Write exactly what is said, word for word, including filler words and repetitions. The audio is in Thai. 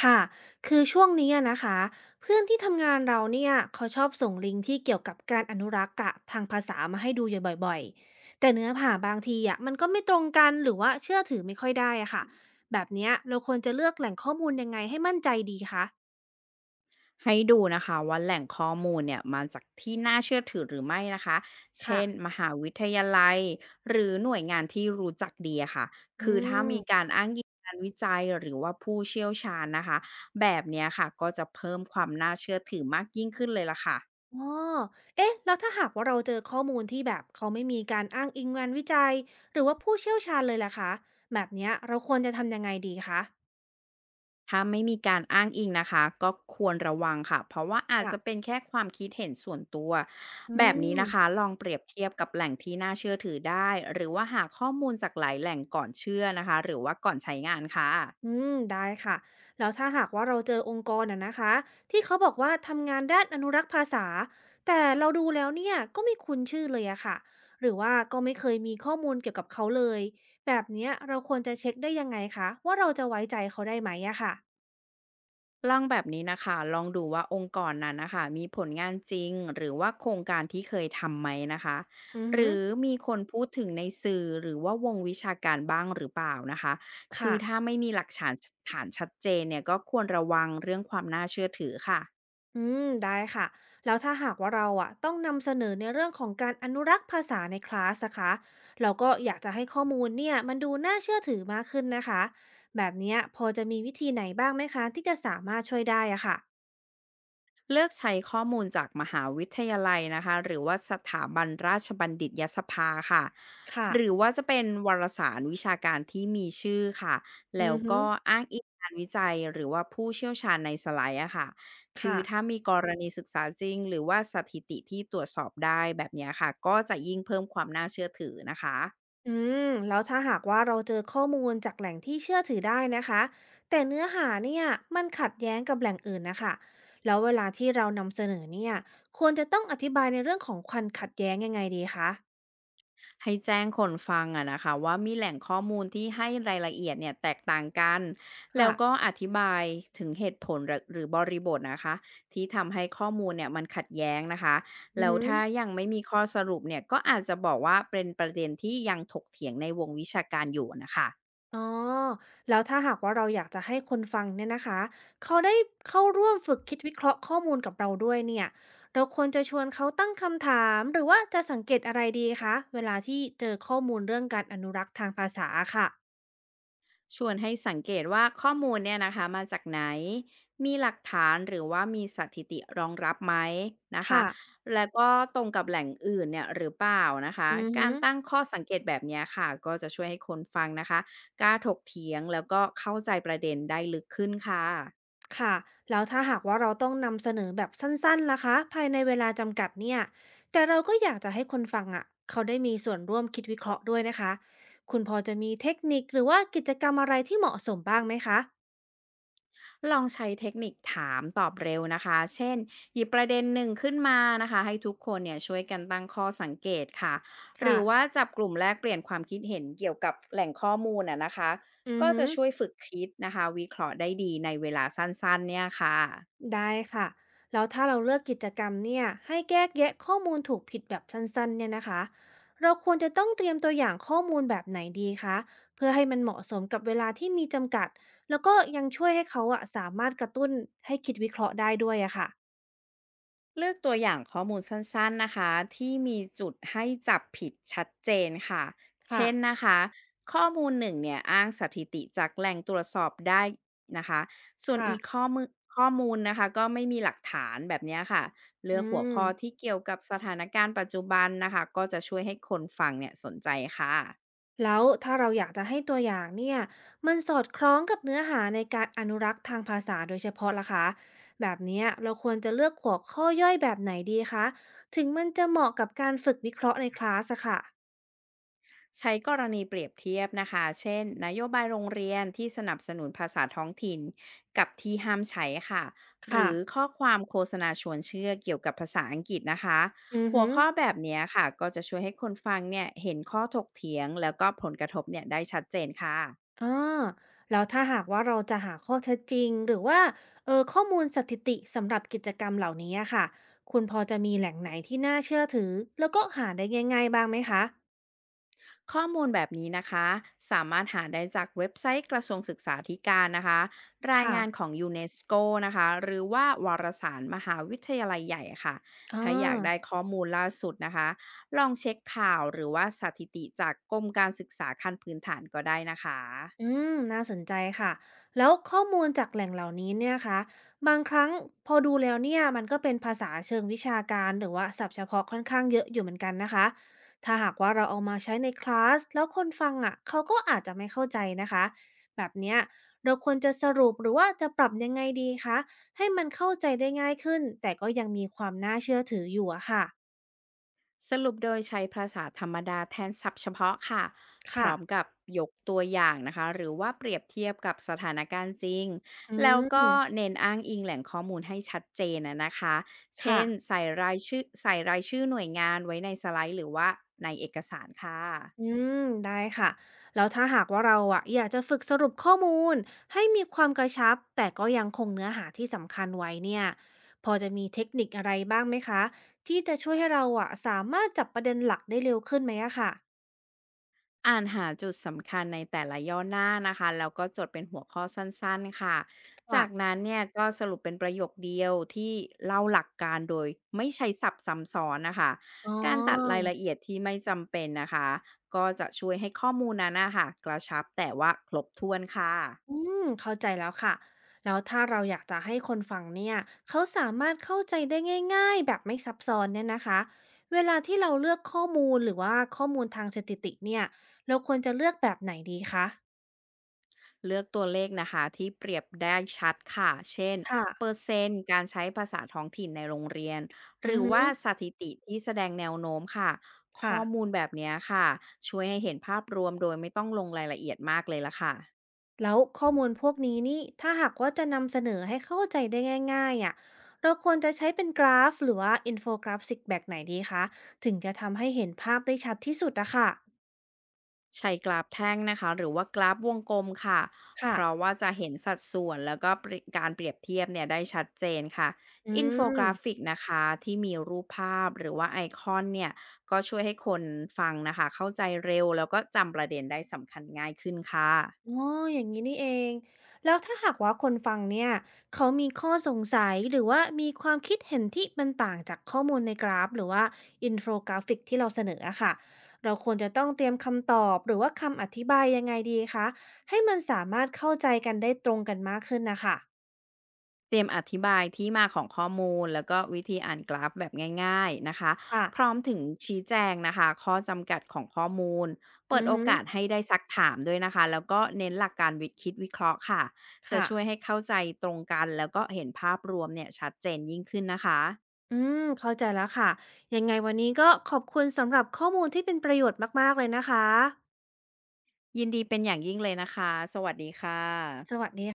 ค่ะคือช่วงนี้อะนะคะเพื่อนที่ทำงานเราเนี่ยเขาชอบส่งลิงก์ที่เกี่ยวกับการอนุรักษ์อะทางภาษามาให้ดูอยู่บ่อยๆแต่เนื้อหาบางทีอะมันก็ไม่ตรงกันหรือว่าเชื่อถือไม่ค่อยได้อะค่ะแบบเนี้ยเราควรจะเลือกแหล่งข้อมูลยังไงให้มั่นใจดีคะให้ดูนะคะว่าแหล่งข้อมูลเนี่ยมาจากที่น่าเชื่อถือหรือไม่นะคะเช่ค่ะนมหาวิทยาลัยหรือหน่วยงานที่รู้จักดีอะค่ะอืคือถ้ามมีการอ้างอิงงานวิจัยหรือว่าผู้เชี่ยวชาญนะคะแบบเนี้ยค่ะก็จะเพิ่มความน่าเชื่อถือมากยิ่งขึ้นเลยล่ะค่ะ อ๋อเอ๊ะแล้วถ้าหากว่าเราเจอข้อมูลที่แบบเขาไม่มีการอ้างอิงงานวิจัยหรือว่าผู้เชี่ยวชาญเลยล่ะคะแบบเนี้ยเราควรจะทำยังไงดีคะถ้าไม่มีการอ้างอิงนะคะก็ควรระวังค่ะเพราะว่าอาจจะเป็ค่ะนแค่ความคิดเห็นส่วนตัวอืแบบนี้นะคะม ลองเปรียบเทียบกับแหล่งที่น่าเชื่อถือได้หรือว่าหาข้อมูลจากหลายแหล่งก่อนเชื่อนะคะหรือว่าก่อนใช้งานค่ะ อืมได้ค่ะ แล้วถ้าหากว่าเราเจอองค์กรอะนะคะที่เขาบอกว่าทำงานด้านอนุรักษ์ภาษาแต่เราดูแล้วเนี่ยก็ไม่คุ้นชื่อเลยอะค่ะหรือว่าก็ไม่เคยมีข้อมูลเกี่ยวกับเขาเลยแบบเนี้ยเราควรจะเช็คได้ยังไงคะว่าเราจะไว้ใจเขาได้ไหมอะค่ะลองแบบนี้นะคะ ลองดูว่าองค์กรนั้นนะคะมีผลงานจริงหรือว่าโครงการที่เคยทำไหมนะคะอือหฮึรือมีคนพูดถึงในสื่อหรือว่าวงวิชาการบ้างหรือเปล่านะคะคือถ้าค่ะ ไม่มีหลักฐานฐานชัดเจนเนี่ยก็ควรระวังเรื่องความน่าเชื่อถือค่ะ อืมได้ค่ะแล้วถ้าหากว่าเราอ่ะต้องนำเสนอในเรื่องของการอนุรักษ์ภาษาในคลาสนะคะเราก็อยากจะให้ข้อมูลเนี่ยมันดูน่าเชื่อถือมากขึ้นนะคะแบบเนี้ยพอจะมีวิธีไหนบ้างไหมคะที่จะสามารถช่วยได้อะค่ะเลือกใช้ข้อมูลจากมหาวิทยาลัยนะคะหรือว่าสถาบันราชบัณฑิตยสภาค่ะค่ะหรือว่าจะเป็นวารสารวิชาการที่มีชื่อค่ะอืแล้วอฮึก็อ้างอิงการวิจัยหรือว่าผู้เชี่ยวชาญในสไลด์อะค่ะคือค่ะถ้ามีกรณีศึกษาจริงหรือว่าสถิติที่ตรวจสอบได้แบบเนี้ยค่ะก็จะยิ่งเพิ่มความน่าเชื่อถือนะคะ อืมแล้วถ้าหากว่าเราเจอข้อมูลจากแหล่งที่เชื่อถือได้นะคะแต่เนื้อหาเนี่ยมันขัดแย้งกับแหล่งอื่นนะคะแล้วเวลาที่เรานำเสนอเนี่ยควรจะต้องอธิบายในเรื่องของความขัดแย้งยังไงดีคะให้แจ้งคนฟังอะนะคะว่ามีแหล่งข้อมูลที่ให้รายละเอียดเนี่ยแตกต่างกันแล้วค่ะ ก็อธิบายถึงเหตุผลหรือหรือบริบทนะคะที่ทำให้ข้อมูลเนี่ยมันขัดแย้งนะคะอือแล้วฮึถ้ายังไม่มีข้อสรุปเนี่ยก็อาจจะบอกว่าเป็นประเด็นที่ยังถกเถียงในวงวิชาการอยู่นะคะ อ๋อ แล้วถ้าหากว่าเราอยากจะให้คนฟังเนี่ยนะคะ เขาได้เข้าร่วมฝึกคิดวิเคราะห์ข้อมูลกับเราด้วยเนี่ย เราควรจะชวนเขาตั้งคำถามหรือว่าจะสังเกตอะไรดีคะเวลาที่เจอข้อมูลเรื่องการอนุรักษ์ทางภาษาค่ะ ชวนให้สังเกตว่าข้อมูลเนี่ยนะคะมาจากไหน มีหลักฐานหรือว่ามีสถิติรองรับไหมนะคะค่ะแล้วก็ตรงกับแหล่งอื่นเนี่ยหรือเปล่านะคะอือกาฮึ รตั้งข้อสังเกตแบบเนี้ยค่ะก็จะช่วยให้คนฟังนะคะกล้าถกเถียงแล้วก็เข้าใจประเด็นได้ลึกขึ้นค่ะ ค่ะแล้วถ้าหากว่าเราต้องนำเสนอแบบสั้นๆล่ะคะภายในเวลาจำกัดเนี่ยแต่เราก็อยากจะให้คนฟังอ่ะเขาได้มีส่วนร่วมคิดวิเคราะห์ด้วยนะคะคุณพอจะมีเทคนิคหรือว่ากิจกรรมอะไรที่เหมาะสมบ้างไหมคะลองใช้เทคนิคถามตอบเร็วนะคะ เช่นหยิบประเด็นหนึ่งขึ้นมานะคะให้ทุกคนเนี่ยช่วยกันตั้งข้อสังเกตค่ะ หรืค่ะอว่าจับกลุ่มแลกเปลี่ยนความคิดเห็นเกี่ยวกับแหล่งข้อมูลน่ะนะคะ อือก็ฮึ จะช่วยฝึกคิดนะคะวิเคราะห์ได้ดีในเวลาสั้นๆเนี่ยค่ะ ได้ค่ะแล้วถ้าเราเลือกกิจกรรมเนี่ยให้แยกแยะข้อมูลถูกผิดแบบสั้นๆเนี่ยนะคะเราควรจะต้องเตรียมตัวอย่างข้อมูลแบบไหนดีคะเพื่อให้มันเหมาะสมกับเวลาที่มีจำกัดแล้วก็ยังช่วยให้เขาอะสามารถกระตุ้นให้คิดวิเคราะห์ได้ด้วยอะค่ะเลือกตัวอย่างข้อมูลสั้นๆนะคะที่มีจุดให้จับผิดชัดเจนค่ะค่ะเช่นนะคะข้อมูลหนึ่งเนี่ยอ้างสถิติจากแหล่งตรวจสอบได้นะคะส่วนอีกค่ะข้อมูลข้อมูลนะคะก็ไม่มีหลักฐานแบบเนี้ยค่ะเลือือกหัวม ข้อที่เกี่ยวกับสถานการณ์ปัจจุบันนะคะก็จะช่วยให้คนฟังเนี่ยสนใจค่ะ แล้วถ้าเราอยากจะให้ตัวอย่างเนี่ยมันสอดคล้องกับเนื้อหาในการอนุรักษ์ทางภาษาโดยเฉพาะล่ะคะแบบเนี้ยเราควรจะเลือกหัวข้อย่อยแบบไหนดีคะถึงมันจะเหมาะกับการฝึกวิเคราะห์ในคลาสอะค่ะใช้กรณีเปรียบเทียบนะคะ เช่นนโยบายโรงเรียนที่สนับสนุนภาษาท้องถิ่นกับที่ห้ามใช้ค่ะ หค่ะรือข้อความโฆษณาชวนเชื่อเกี่ยวกับภาษาอังกฤษนะคะ อือหัวฮึข้อแบบเนี้ยค่ะก็จะช่วยให้คนฟังเนี่ยเห็นข้อถกเถียงแล้วก็ผลกระทบเนี่ยได้ชัดเจนค่ะ อ่าแล้วถ้าหากว่าเราจะหาข้อเท็จจริงหรือว่าเออข้อมูลสถิติสำหรับกิจกรรมเหล่านี้อะค่ะคุณพอจะมีแหล่งไหนที่น่าเชื่อถือแล้วก็หาได้ง่ายๆบ้างไหมคะข้อมูลแบบนี้นะคะสามารถหาได้จากเว็บไซต์กระทรวงศึกษาธิการนะคะรายค่ะงานของยูเนสโกนะคะหรือว่าวารสารมหาวิทยาลัยใหญ่ค่ะอ่ถ้าอยากได้า ข้อมูลล่าสุดนะคะลองเช็คข่าวหรือว่าสถิติจากกรมการศึกษาขั้นพื้นฐานก็ได้นะคะ อืมน่าสนใจค่ะ แล้วข้อมูลจากแหล่งเหล่านี้เนี่ยคะบางครั้งพอดูแล้วเนี่ยมันก็เป็นภาษาเชิงวิชาการหรือว่าศัพท์เฉพาะค่อนข้างเยอะอยู่เหมือนกันนะคะ ถ้าหากว่าเราเอามาใช้ในคลาสแล้วคนฟังอ่ะเขาก็อาจจะไม่เข้าใจนะคะ แบบเนี้ยเราควรจะสรุปหรือว่าจะปรับยังไงดีคะให้มันเข้าใจได้ง่ายขึ้นแต่ก็ยังมีความน่าเชื่อถืออยู่อะค่ะสรุปโดยใช้ภาษาธรรมดาแทนศัพท์เฉพาะค่ะพค่ะร้อมกับยกตัวอย่างนะคะ หรือว่าเปรียบเทียบกับสถานการณ์จริง อืแล้วก็มเน้นอ้างอิงแหล่งข้อมูลให้ชัดเจนนะนะคะ เช่ค่ะ นใส่รายชื่อใส่รายชื่อหน่วยงานไว้ในสไลด์หรือว่าในเอกสารค่ะ อืมได้ค่ะแล้วถ้าหากว่าเราอะอยากจะฝึกสรุปข้อมูลให้มีความกระชับแต่ก็ยังคงเนื้อหาที่สำคัญไว้เนี่ยพอจะมีเทคนิคอะไรบ้างไหมคะที่จะช่วยให้เราอะสามารถจับประเด็นหลักได้เร็วขึ้นไหมอะค่ะอ่านหาจุดสำคัญในแต่ละย่อหน้านะคะแล้วก็จดเป็นหัวข้อสั้นๆค่ะ จากค่ะนั้นเนี่ยก็สรุปเป็นประโยคเดียวที่เล่าหลักการโดยไม่ใช้สับซ้ำซ้อนนะคะอ๋อการตัดรายละเอียดที่ไม่จำเป็นนะคะก็จะช่วยให้ข้อมูลนั้นนะคะกระชับแต่ว่าครบถ้วนค่ะ อืมเข้าใจแล้วค่ะแล้วถ้าเราอยากจะให้คนฟังเนี่ยเขาสามารถเข้าใจได้ง่ายๆแบบไม่ซับซ้อนเนี่ยนะคะเวลาที่เราเลือกข้อมูลหรือว่าข้อมูลทางสถิติเนี่ยเราควรจะเลือกแบบไหนดีคะ เลือกตัวเลขนะคะที่เปรียบได้ชัดค่ะ เช่นค่ะ เปอร์เซ็นต์การใช้ภาษาท้องถิ่นในโรงเรียนหอืรืออฮึว่าสถิติที่แสดงแนวโน้มค่ะค่ะ ข้อมูลแบบเนี้ยค่ะช่วยให้เห็นภาพรวมโดยไม่ต้องลงรายละเอียดมากเลยละค่ะ แล้วข้อมูลพวกนี้นี่ ถ้าหากว่าจะนำเสนอให้เข้าใจได้ง่ายๆอะเราควรจะใช้เป็นกราฟหรือว่าอินโฟกราฟิกแบบไหนดีคะถึงจะทำให้เห็นภาพได้ชัดที่สุดอะค่ะใช้กราฟแท่งนะคะหรือว่ากราฟวงกลมค่ะเพค่ะราะว่าจะเห็นสัดส่วนแล้วก็ปริการเปรียบเทียบเนี่ยได้ชัดเจนค่ะอือินโฟกราฟิม กนะคะที่มีรูปภาพหรือว่าไอคอนเนี่ยก็ช่วยให้คนฟังนะคะเข้าใจเร็วแล้วก็จำประเด็นได้สำคัญง่ายขึ้นค่ะ อ๋ออย่างนี้นี่เองแล้วถ้าหากว่าคนฟังเนี่ยเขามีข้อสงสัยหรือว่ามีความคิดเห็นที่มันต่างจากข้อมูลในกราฟหรือว่าอินโฟกราฟิกที่เราเสนออะค่ะเราควรจะต้องเตรียมคำตอบหรือว่าคำอธิบายยังไงดีคะให้มันสามารถเข้าใจกันได้ตรงกันมากขึ้นนะค่ะเตรียมอธิบายที่มาของข้อมูลแล้วก็วิธีอ่านกราฟแบบง่ายๆนะคะค่ะพร้อมถึงชี้แจงนะคะข้อจำกัดของข้อมูลอืเปิดอโอฮึกาสให้ได้ซักถามด้วยนะคะแล้วก็เน้นหลักการวิคิดวิเคราะห์ค่ะจะค่ะช่วยให้เข้าใจตรงกันแล้วก็เห็นภาพรวมเนี่ยชัดเจนยิ่งขึ้นนะคะอืมเข้าใจแล้วค่ะยังไงวันนี้ก็ขอบคุณสำหรับข้อมูลที่เป็นประโยชน์มากๆเลยนะคะยินดีเป็นอย่างยิ่งเลยนะคะสวัสดีค่ะสวัสดี